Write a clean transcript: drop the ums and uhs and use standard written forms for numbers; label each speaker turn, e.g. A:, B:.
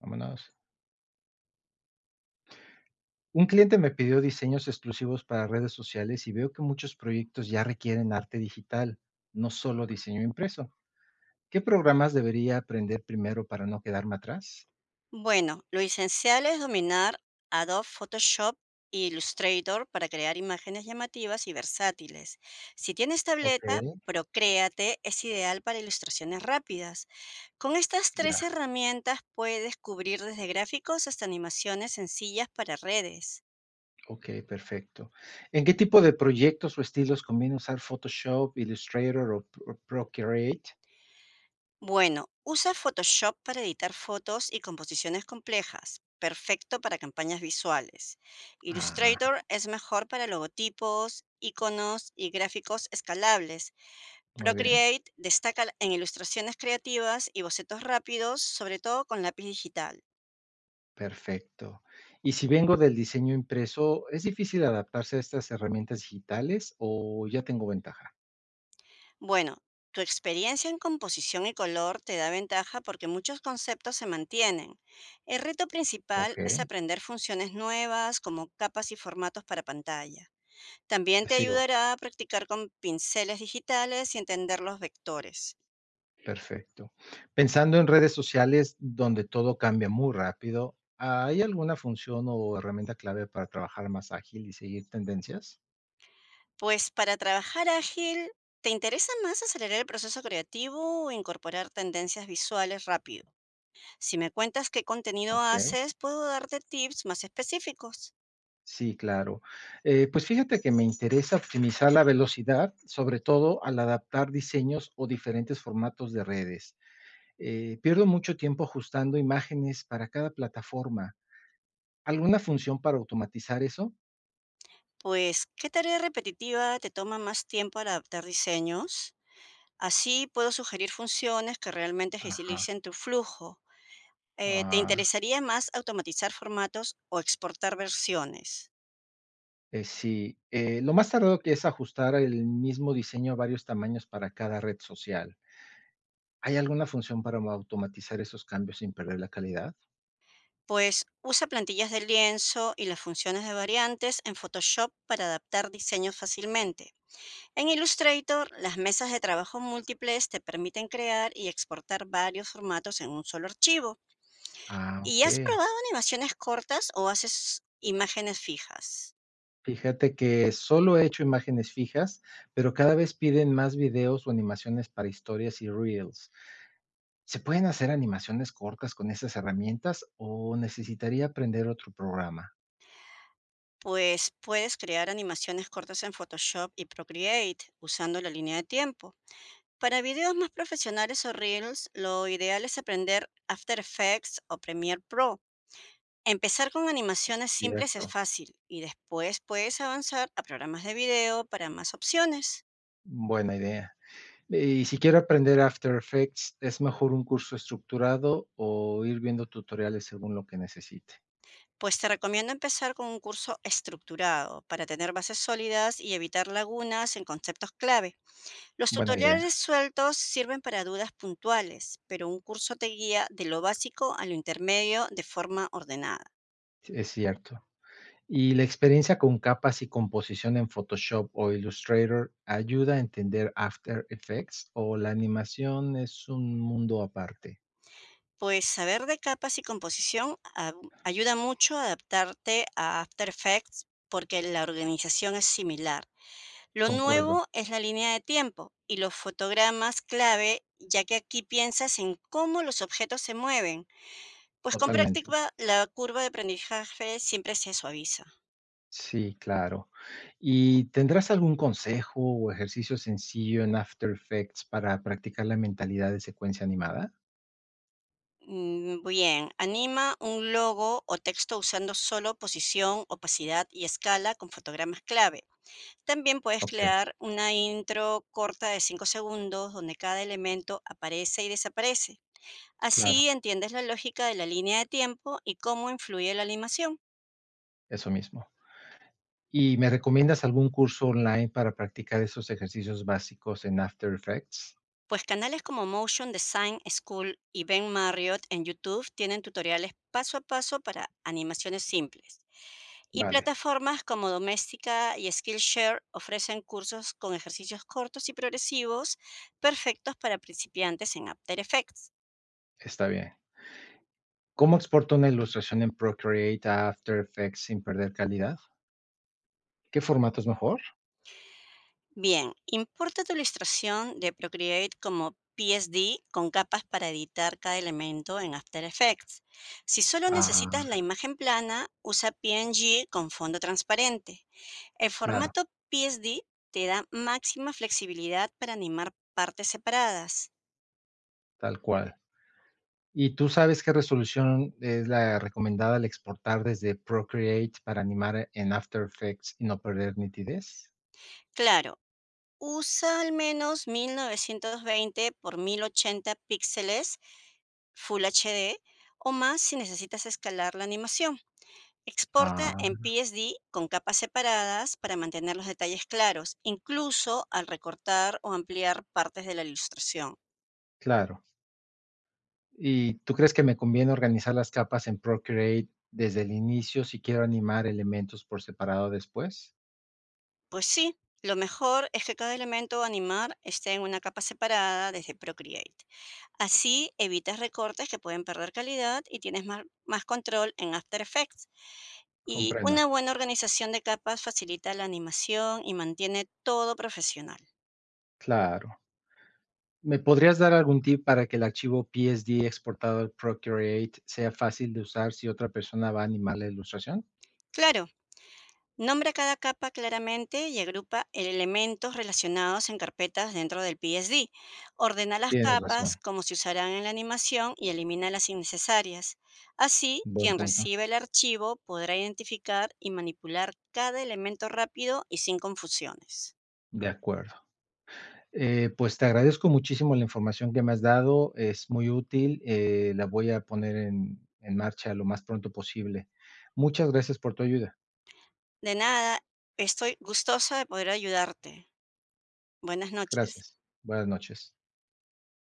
A: Vámonos. Un cliente me pidió diseños exclusivos para redes sociales y veo que muchos proyectos ya requieren arte digital, no solo diseño impreso. ¿Qué programas debería aprender primero para no quedarme atrás?
B: Bueno, lo esencial es dominar Adobe Photoshop e Illustrator para crear imágenes llamativas y versátiles. Si tienes
A: Ok,
B: tableta, Procreate es ideal para ilustraciones rápidas. Con estas tres
A: ya.
B: herramientas puedes cubrir desde gráficos hasta animaciones sencillas para redes.
A: Ok, perfecto. ¿En qué tipo de proyectos o estilos conviene usar Photoshop, Illustrator o Procreate?
B: Bueno, usa Photoshop para editar fotos y composiciones complejas. Perfecto para campañas visuales.
A: Ah,
B: Illustrator es mejor para logotipos, iconos y gráficos escalables.
A: muy bien,
B: Procreate destaca en ilustraciones creativas y bocetos rápidos, sobre todo con lápiz digital.
A: perfecto. Y si vengo del diseño impreso, ¿es difícil adaptarse a estas herramientas digitales o ya tengo ventaja?
B: Bueno, tu experiencia en composición y color te da ventaja porque muchos conceptos se mantienen. El reto
A: Ok.
B: principal es aprender funciones nuevas como capas y formatos para pantalla. También
A: Te
B: te
A: sigo,
B: ayudará a practicar con pinceles digitales y entender los vectores.
A: perfecto. Pensando en redes sociales donde todo cambia muy rápido, ¿hay alguna función o herramienta clave para trabajar más ágil y seguir tendencias?
B: Pues para trabajar ágil, ¿te interesa más acelerar el proceso creativo o incorporar tendencias visuales rápido? Si me cuentas qué contenido
A: Ok,
B: haces, puedo darte tips más específicos.
A: sí, claro. Pues fíjate que me interesa optimizar la velocidad, sobre todo al adaptar diseños o diferentes formatos de redes. Pierdo mucho tiempo ajustando imágenes para cada plataforma. ¿Alguna función para automatizar eso?
B: Pues, ¿qué tarea repetitiva te toma más tiempo al adaptar diseños? Así puedo sugerir funciones que realmente
A: Ajá.
B: agilicen tu flujo. ¿Te
A: Ah,
B: interesaría más automatizar formatos o exportar versiones?
A: Sí, lo más tardado que es ajustar el mismo diseño a varios tamaños para cada red social. ¿Hay alguna función para automatizar esos cambios sin perder la calidad?
B: Pues usa plantillas de lienzo y las funciones de variantes en Photoshop para adaptar diseños fácilmente. En Illustrator, las mesas de trabajo múltiples te permiten crear y exportar varios formatos en un solo archivo.
A: Ah,
B: ¿Y
A: ok.
B: has probado animaciones cortas o haces imágenes fijas?
A: Fíjate que solo he hecho imágenes fijas, pero cada vez piden más videos o animaciones para historias y reels. ¿Se pueden hacer animaciones cortas con esas herramientas o necesitaría aprender otro programa?
B: Pues puedes crear animaciones cortas en Photoshop y Procreate usando la línea de tiempo. Para videos más profesionales o reels, lo ideal es aprender After Effects o Premiere Pro. Empezar con
A: Es
B: animaciones simples es
A: cierto.
B: fácil y después puedes avanzar a programas de video para más opciones.
A: Buena idea. Y si quiero aprender After Effects, ¿es mejor un curso estructurado o ir viendo tutoriales según lo que necesite?
B: Pues te recomiendo empezar con un curso estructurado para tener bases sólidas y evitar lagunas en conceptos clave. Los
A: Buena idea,
B: tutoriales sueltos sirven para dudas puntuales, pero un curso te guía de lo básico a lo intermedio de forma ordenada.
A: es cierto. Y la experiencia con capas y composición en Photoshop o Illustrator ayuda a entender After Effects o la animación es un mundo aparte.
B: Pues saber de capas y composición ayuda mucho a adaptarte a After Effects porque la organización es similar. Lo
A: Concuerdo,
B: nuevo es la línea de tiempo y los fotogramas clave, ya que aquí piensas en cómo los objetos se mueven. Pues con
A: totalmente.
B: práctica la curva de aprendizaje siempre se suaviza.
A: Sí, claro. ¿Y tendrás algún consejo o ejercicio sencillo en After Effects para practicar la mentalidad de secuencia animada?
B: Bien, anima un logo o texto usando solo posición, opacidad y escala con fotogramas clave. También puedes
A: Ok,
B: crear una intro corta de 5 segundos donde cada elemento aparece y desaparece.
A: claro.
B: Así entiendes la lógica de la línea de tiempo y cómo influye la animación.
A: Eso mismo. ¿Y me recomiendas algún curso online para practicar esos ejercicios básicos en After Effects?
B: Pues canales como Motion Design School y Ben Marriott en YouTube tienen tutoriales paso a paso para animaciones simples. Y
A: Vale,
B: plataformas como Doméstica y Skillshare ofrecen cursos con ejercicios cortos y progresivos perfectos para principiantes en After Effects.
A: está bien. ¿Cómo exporto una ilustración en Procreate a After Effects sin perder calidad? ¿Qué formato es mejor?
B: Bien, importa tu ilustración de Procreate como PSD con capas para editar cada elemento en After Effects. Si solo necesitas
A: Ah,
B: la imagen plana, usa PNG con fondo transparente. El
A: claro,
B: formato PSD te da máxima flexibilidad para animar partes separadas.
A: tal cual. ¿Y tú sabes qué resolución es la recomendada al exportar desde Procreate para animar en After Effects y no perder nitidez?
B: Claro, usa al menos 1920 por 1080 píxeles Full HD o más si necesitas escalar la animación. Exporta en
A: Ah,
B: PSD con capas separadas para mantener los detalles claros, incluso al recortar o ampliar partes de la ilustración.
A: claro. ¿Y tú crees que me conviene organizar las capas en Procreate desde el inicio si quiero animar elementos por separado después?
B: Pues sí, lo mejor es que cada elemento a animar esté en una capa separada desde Procreate. Así evitas recortes que pueden perder calidad y tienes más control en After Effects. Y
A: Comprendo,
B: una buena organización de capas facilita la animación y mantiene todo profesional.
A: claro. ¿Me podrías dar algún tip para que el archivo PSD exportado al Procreate sea fácil de usar si otra persona va a animar la ilustración?
B: Claro, nombra cada capa claramente y agrupa elementos relacionados en carpetas dentro del PSD. Ordena las
A: Tienes
B: capas
A: razón,
B: como se usarán en la animación y elimina las innecesarias. Así,
A: buen
B: quien
A: punto.
B: recibe el archivo podrá identificar y manipular cada elemento rápido y sin confusiones.
A: De acuerdo. Pues te agradezco muchísimo la información que me has dado, es muy útil, la voy a poner en marcha lo más pronto posible. Muchas gracias por tu ayuda.
B: De nada, estoy gustosa de poder ayudarte. Buenas noches.
A: Gracias. Buenas noches.